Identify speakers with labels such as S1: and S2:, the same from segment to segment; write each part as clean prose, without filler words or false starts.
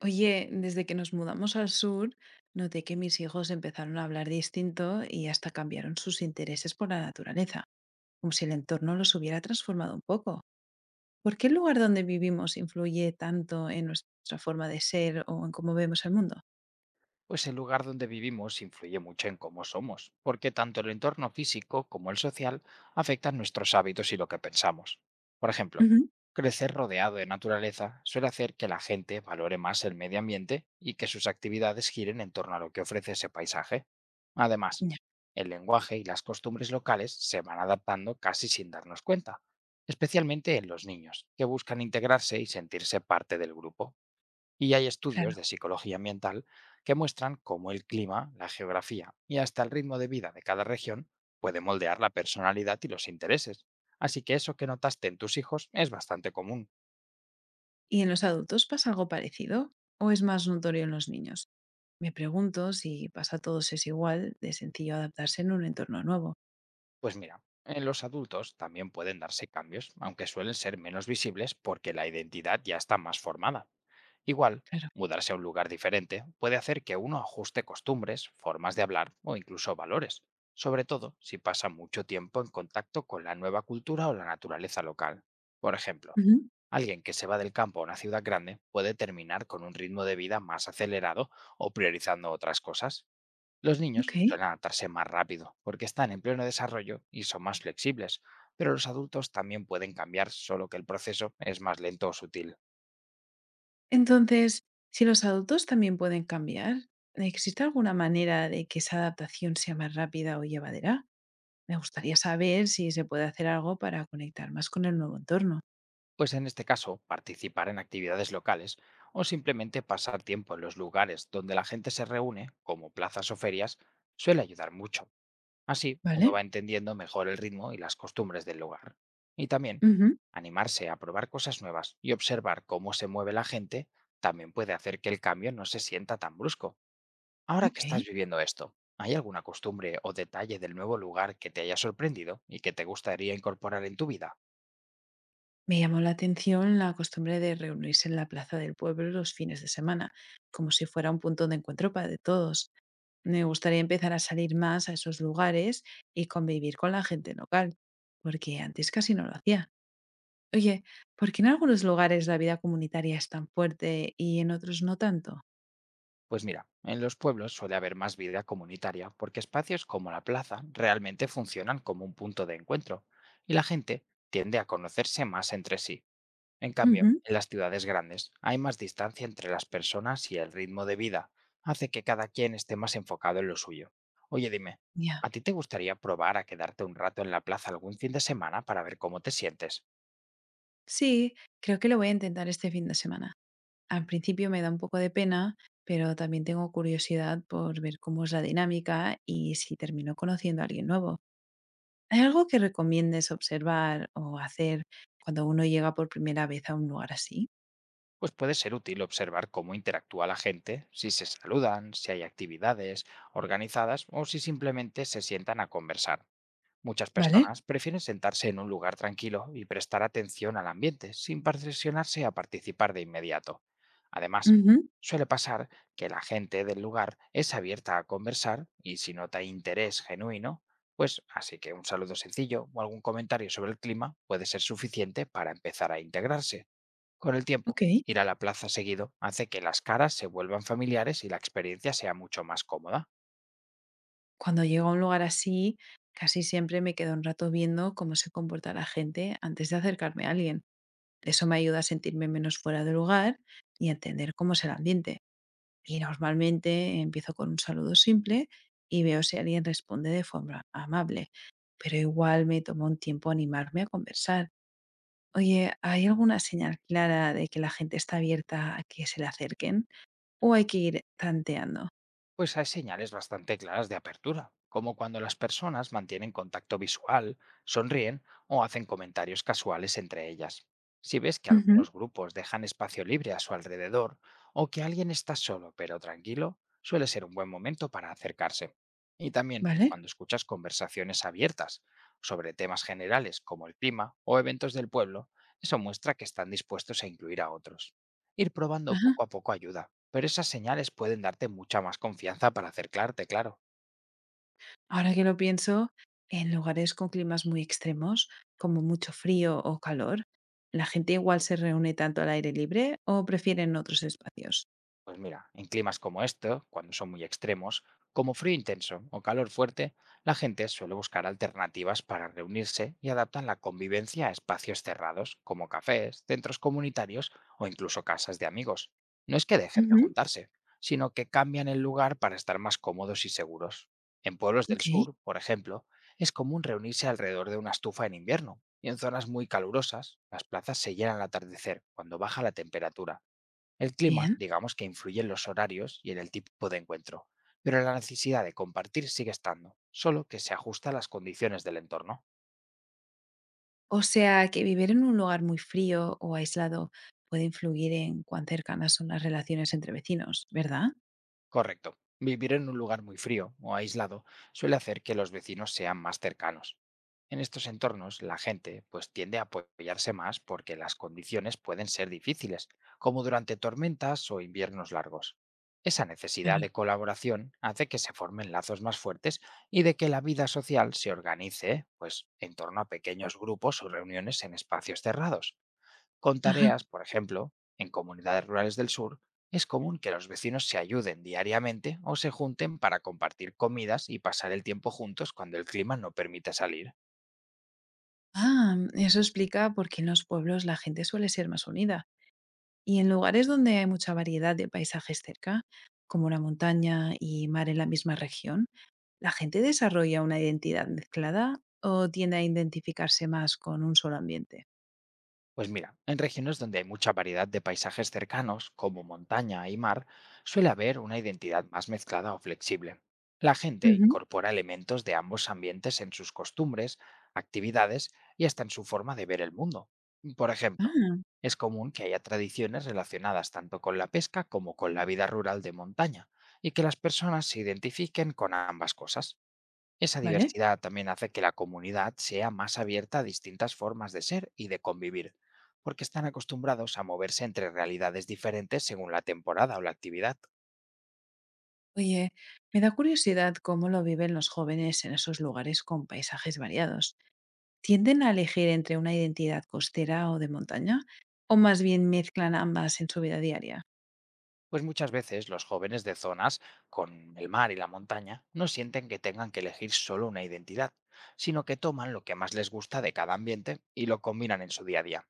S1: Oye, desde que nos mudamos al sur, noté que mis hijos empezaron a hablar distinto y hasta cambiaron sus intereses por la naturaleza, como si el entorno los hubiera transformado un poco. ¿Por qué el lugar donde vivimos influye tanto en nuestra forma de ser o en cómo vemos el mundo?
S2: Pues el lugar donde vivimos influye mucho en cómo somos, porque tanto el entorno físico como el social afectan nuestros hábitos y lo que pensamos. Por ejemplo,
S1: Ujú.
S2: crecer rodeado de naturaleza suele hacer que la gente valore más el medio ambiente y que sus actividades giren en torno a lo que ofrece ese paisaje. Además,
S1: Ya,
S2: el lenguaje y las costumbres locales se van adaptando casi sin darnos cuenta, especialmente en los niños, que buscan integrarse y sentirse parte del grupo. Y hay estudios
S1: claro.
S2: de psicología ambiental que muestran cómo el clima, la geografía y hasta el ritmo de vida de cada región puede moldear la personalidad y los intereses. Así que eso que notaste en tus hijos es bastante común.
S1: ¿Y en los adultos pasa algo parecido o es más notorio en los niños? Me pregunto si pasa a todos es igual de sencillo adaptarse en un entorno nuevo.
S2: Pues mira, en los adultos también pueden darse cambios, aunque suelen ser menos visibles porque la identidad ya está más formada. Igual,
S1: Claro.
S2: mudarse a un lugar diferente puede hacer que uno ajuste costumbres, formas de hablar o incluso valores, sobre todo si pasa mucho tiempo en contacto con la nueva cultura o la naturaleza local. Por ejemplo,
S1: Ujú.
S2: alguien que se va del campo a una ciudad grande puede terminar con un ritmo de vida más acelerado o priorizando otras cosas. Los
S1: Ok.
S2: niños suelen adaptarse más rápido porque están en pleno desarrollo y son más flexibles, pero los adultos también pueden cambiar, solo que el proceso es más lento o sutil.
S1: Entonces, si los adultos también pueden cambiar, ¿existe alguna manera de que esa adaptación sea más rápida o llevadera? Me gustaría saber si se puede hacer algo para conectar más con el nuevo entorno.
S2: Pues en este caso, participar en actividades locales o simplemente pasar tiempo en los lugares donde la gente se reúne, como plazas o ferias, suele ayudar mucho. Así, uno
S1: ¿Vale?
S2: va entendiendo mejor el ritmo y las costumbres del lugar. Y también,
S1: Ujú.
S2: animarse a probar cosas nuevas y observar cómo se mueve la gente también puede hacer que el cambio no se sienta tan brusco. Ahora
S1: Ok.
S2: que estás viviendo esto, ¿hay alguna costumbre o detalle del nuevo lugar que te haya sorprendido y que te gustaría incorporar en tu vida?
S1: Me llamó la atención la costumbre de reunirse en la plaza del pueblo los fines de semana, como si fuera un punto de encuentro para de todos. Me gustaría empezar a salir más a esos lugares y convivir con la gente local, porque antes casi no lo hacía. Oye, ¿por qué en algunos lugares la vida comunitaria es tan fuerte y en otros no tanto?
S2: Pues mira, en los pueblos suele haber más vida comunitaria porque espacios como la plaza realmente funcionan como un punto de encuentro y la gente tiende a conocerse más entre sí. En cambio,
S1: Ujú.
S2: en las ciudades grandes hay más distancia entre las personas y el ritmo de vida hace que cada quien esté más enfocado en lo suyo. Oye, dime,
S1: Ya.
S2: ¿a ti te gustaría probar a quedarte un rato en la plaza algún fin de semana para ver cómo te sientes?
S1: Sí, creo que lo voy a intentar este fin de semana. Al principio me da un poco de pena, pero también tengo curiosidad por ver cómo es la dinámica y si termino conociendo a alguien nuevo. ¿Hay algo que recomiendes observar o hacer cuando uno llega por primera vez a un lugar así?
S2: Pues puede ser útil observar cómo interactúa la gente, si se saludan, si hay actividades organizadas o si simplemente se sientan a conversar. Muchas
S1: ¿Vale?
S2: personas prefieren sentarse en un lugar tranquilo y prestar atención al ambiente sin presionarse a participar de inmediato. Además,
S1: Ujú.
S2: suele pasar que la gente del lugar es abierta a conversar y si nota interés genuino, pues así que un saludo sencillo o algún comentario sobre el clima puede ser suficiente para empezar a integrarse. Con el tiempo,
S1: Ok.
S2: ir a la plaza seguido hace que las caras se vuelvan familiares y la experiencia sea mucho más cómoda.
S1: Cuando llego a un lugar así, casi siempre me quedo un rato viendo cómo se comporta la gente antes de acercarme a alguien. Eso me ayuda a sentirme menos fuera de lugar y a entender cómo es el ambiente. Y normalmente empiezo con un saludo simple y veo si alguien responde de forma amable. Pero igual me toma un tiempo animarme a conversar. Oye, ¿hay alguna señal clara de que la gente está abierta a que se le acerquen? ¿O hay que ir tanteando?
S2: Pues hay señales bastante claras de apertura, como cuando las personas mantienen contacto visual, sonríen o hacen comentarios casuales entre ellas. Si ves que
S1: Ujú.
S2: algunos grupos dejan espacio libre a su alrededor o que alguien está solo pero tranquilo, suele ser un buen momento para acercarse. Y también
S1: ¿Vale?
S2: cuando escuchas conversaciones abiertas sobre temas generales como el clima o eventos del pueblo, eso muestra que están dispuestos a incluir a otros. Ir probando poco a poco ayuda, pero esas señales pueden darte mucha más confianza para acercarte, claro.
S1: Ahora que lo pienso, en lugares con climas muy extremos, como mucho frío o calor, ¿la gente igual se reúne tanto al aire libre o prefieren otros espacios?
S2: Pues mira, en climas como este, cuando son muy extremos, como frío intenso o calor fuerte, la gente suele buscar alternativas para reunirse y adaptan la convivencia a espacios cerrados, como cafés, centros comunitarios o incluso casas de amigos. No es que dejen de
S1: Ujú.
S2: juntarse, sino que cambian el lugar para estar más cómodos y seguros. En pueblos del
S1: Ok,
S2: sur, por ejemplo, es común reunirse alrededor de una estufa en invierno, y en zonas muy calurosas, las plazas se llenan al atardecer, cuando baja la temperatura. El clima,
S1: bien.
S2: digamos que influye en los horarios y en el tipo de encuentro, pero la necesidad de compartir sigue estando, solo que se ajusta a las condiciones del entorno.
S1: O sea, que vivir en un lugar muy frío o aislado puede influir en cuán cercanas son las relaciones entre vecinos, ¿verdad?
S2: Correcto. Vivir en un lugar muy frío o aislado suele hacer que los vecinos sean más cercanos. En estos entornos, la gente pues tiende a apoyarse más porque las condiciones pueden ser difíciles, como durante tormentas o inviernos largos. Esa necesidad
S1: Claro.
S2: de colaboración hace que se formen lazos más fuertes y de que la vida social se organice pues en torno a pequeños grupos o reuniones en espacios cerrados. Con
S1: Ajá.
S2: tareas, por ejemplo, en comunidades rurales del sur, es común que los vecinos se ayuden diariamente o se junten para compartir comidas y pasar el tiempo juntos cuando el clima no permite salir.
S1: Ah, eso explica por qué en los pueblos la gente suele ser más unida. Y en lugares donde hay mucha variedad de paisajes cerca, como la montaña y mar en la misma región, ¿la gente desarrolla una identidad mezclada o tiende a identificarse más con un solo ambiente?
S2: Pues mira, en regiones donde hay mucha variedad de paisajes cercanos, como montaña y mar, suele haber una identidad más mezclada o flexible. La gente
S1: Ujú.
S2: incorpora elementos de ambos ambientes en sus costumbres, actividades y hasta en su forma de ver el mundo. Por ejemplo,
S1: Ah,
S2: es común que haya tradiciones relacionadas tanto con la pesca como con la vida rural de montaña, y que las personas se identifiquen con ambas cosas. Esa
S1: vale.
S2: diversidad también hace que la comunidad sea más abierta a distintas formas de ser y de convivir, porque están acostumbrados a moverse entre realidades diferentes según la temporada o la actividad.
S1: Oye, me da curiosidad cómo lo viven los jóvenes en esos lugares con paisajes variados. ¿Tienden a elegir entre una identidad costera o de montaña? ¿O más bien mezclan ambas en su vida diaria?
S2: Pues muchas veces los jóvenes de zonas con el mar y la montaña no sienten que tengan que elegir solo una identidad, sino que toman lo que más les gusta de cada ambiente y lo combinan en su día a día.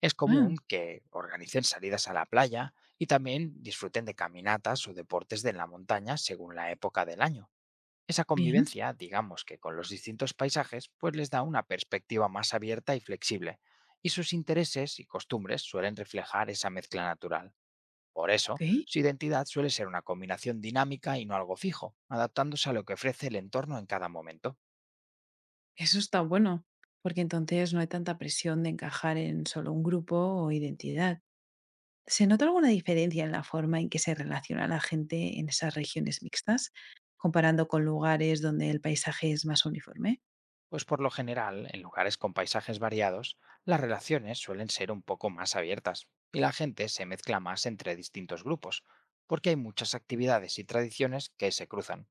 S2: Es
S1: Ah,
S2: común que organicen salidas a la playa y también disfruten de caminatas o deportes de la montaña según la época del año. Esa
S1: bien,
S2: convivencia, digamos que con los distintos paisajes, pues les da una perspectiva más abierta y flexible, y sus intereses y costumbres suelen reflejar esa mezcla natural. Por
S1: ok.
S2: eso, su identidad suele ser una combinación dinámica y no algo fijo, adaptándose a lo que ofrece el entorno en cada momento.
S1: Eso está bueno, porque entonces no hay tanta presión de encajar en solo un grupo o identidad. ¿Se nota alguna diferencia en la forma en que se relaciona la gente en esas regiones mixtas, comparando con lugares donde el paisaje es más uniforme?
S2: Pues por lo general, en lugares con paisajes variados, las relaciones suelen ser un poco más abiertas, y la gente se mezcla más entre distintos grupos, porque hay muchas actividades y tradiciones que se cruzan.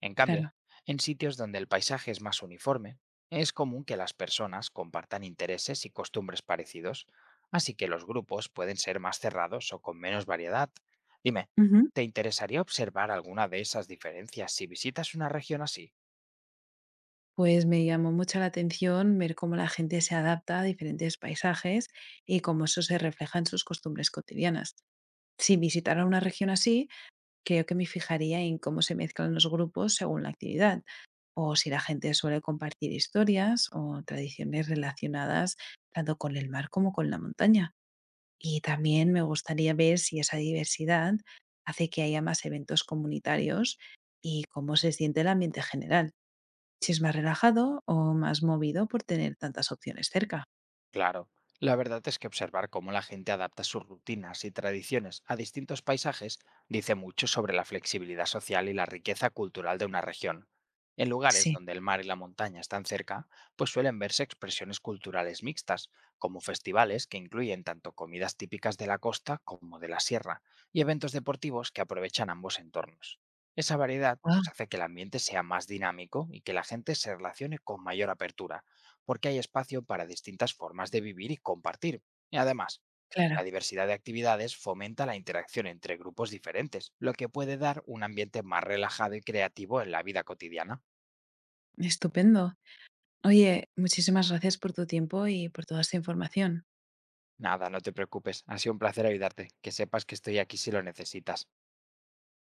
S2: En cambio,
S1: Claro.
S2: en sitios donde el paisaje es más uniforme, es común que las personas compartan intereses y costumbres parecidos, así que los grupos pueden ser más cerrados o con menos variedad. Dime,
S1: Ujú.
S2: ¿te interesaría observar alguna de esas diferencias si visitas una región así?
S1: Pues me llamó mucho la atención ver cómo la gente se adapta a diferentes paisajes y cómo eso se refleja en sus costumbres cotidianas. Si visitara una región así, creo que me fijaría en cómo se mezclan los grupos según la actividad, o si la gente suele compartir historias o tradiciones relacionadas tanto con el mar como con la montaña. Y también me gustaría ver si esa diversidad hace que haya más eventos comunitarios y cómo se siente el ambiente general, si es más relajado o más movido por tener tantas opciones cerca.
S2: Claro, la verdad es que observar cómo la gente adapta sus rutinas y tradiciones a distintos paisajes dice mucho sobre la flexibilidad social y la riqueza cultural de una región. En lugares
S1: Sí,
S2: donde el mar y la montaña están cerca, pues suelen verse expresiones culturales mixtas, como festivales que incluyen tanto comidas típicas de la costa como de la sierra, y eventos deportivos que aprovechan ambos entornos. Esa variedad
S1: wow,
S2: pues hace que el ambiente sea más dinámico y que la gente se relacione con mayor apertura porque hay espacio para distintas formas de vivir y compartir. Y además,
S1: claro,
S2: la diversidad de actividades fomenta la interacción entre grupos diferentes, lo que puede dar un ambiente más relajado y creativo en la vida cotidiana.
S1: estupendo. Oye, muchísimas gracias por tu tiempo y por toda esta información.
S2: Nada, no te preocupes, ha sido un placer ayudarte, que sepas que estoy aquí si lo necesitas.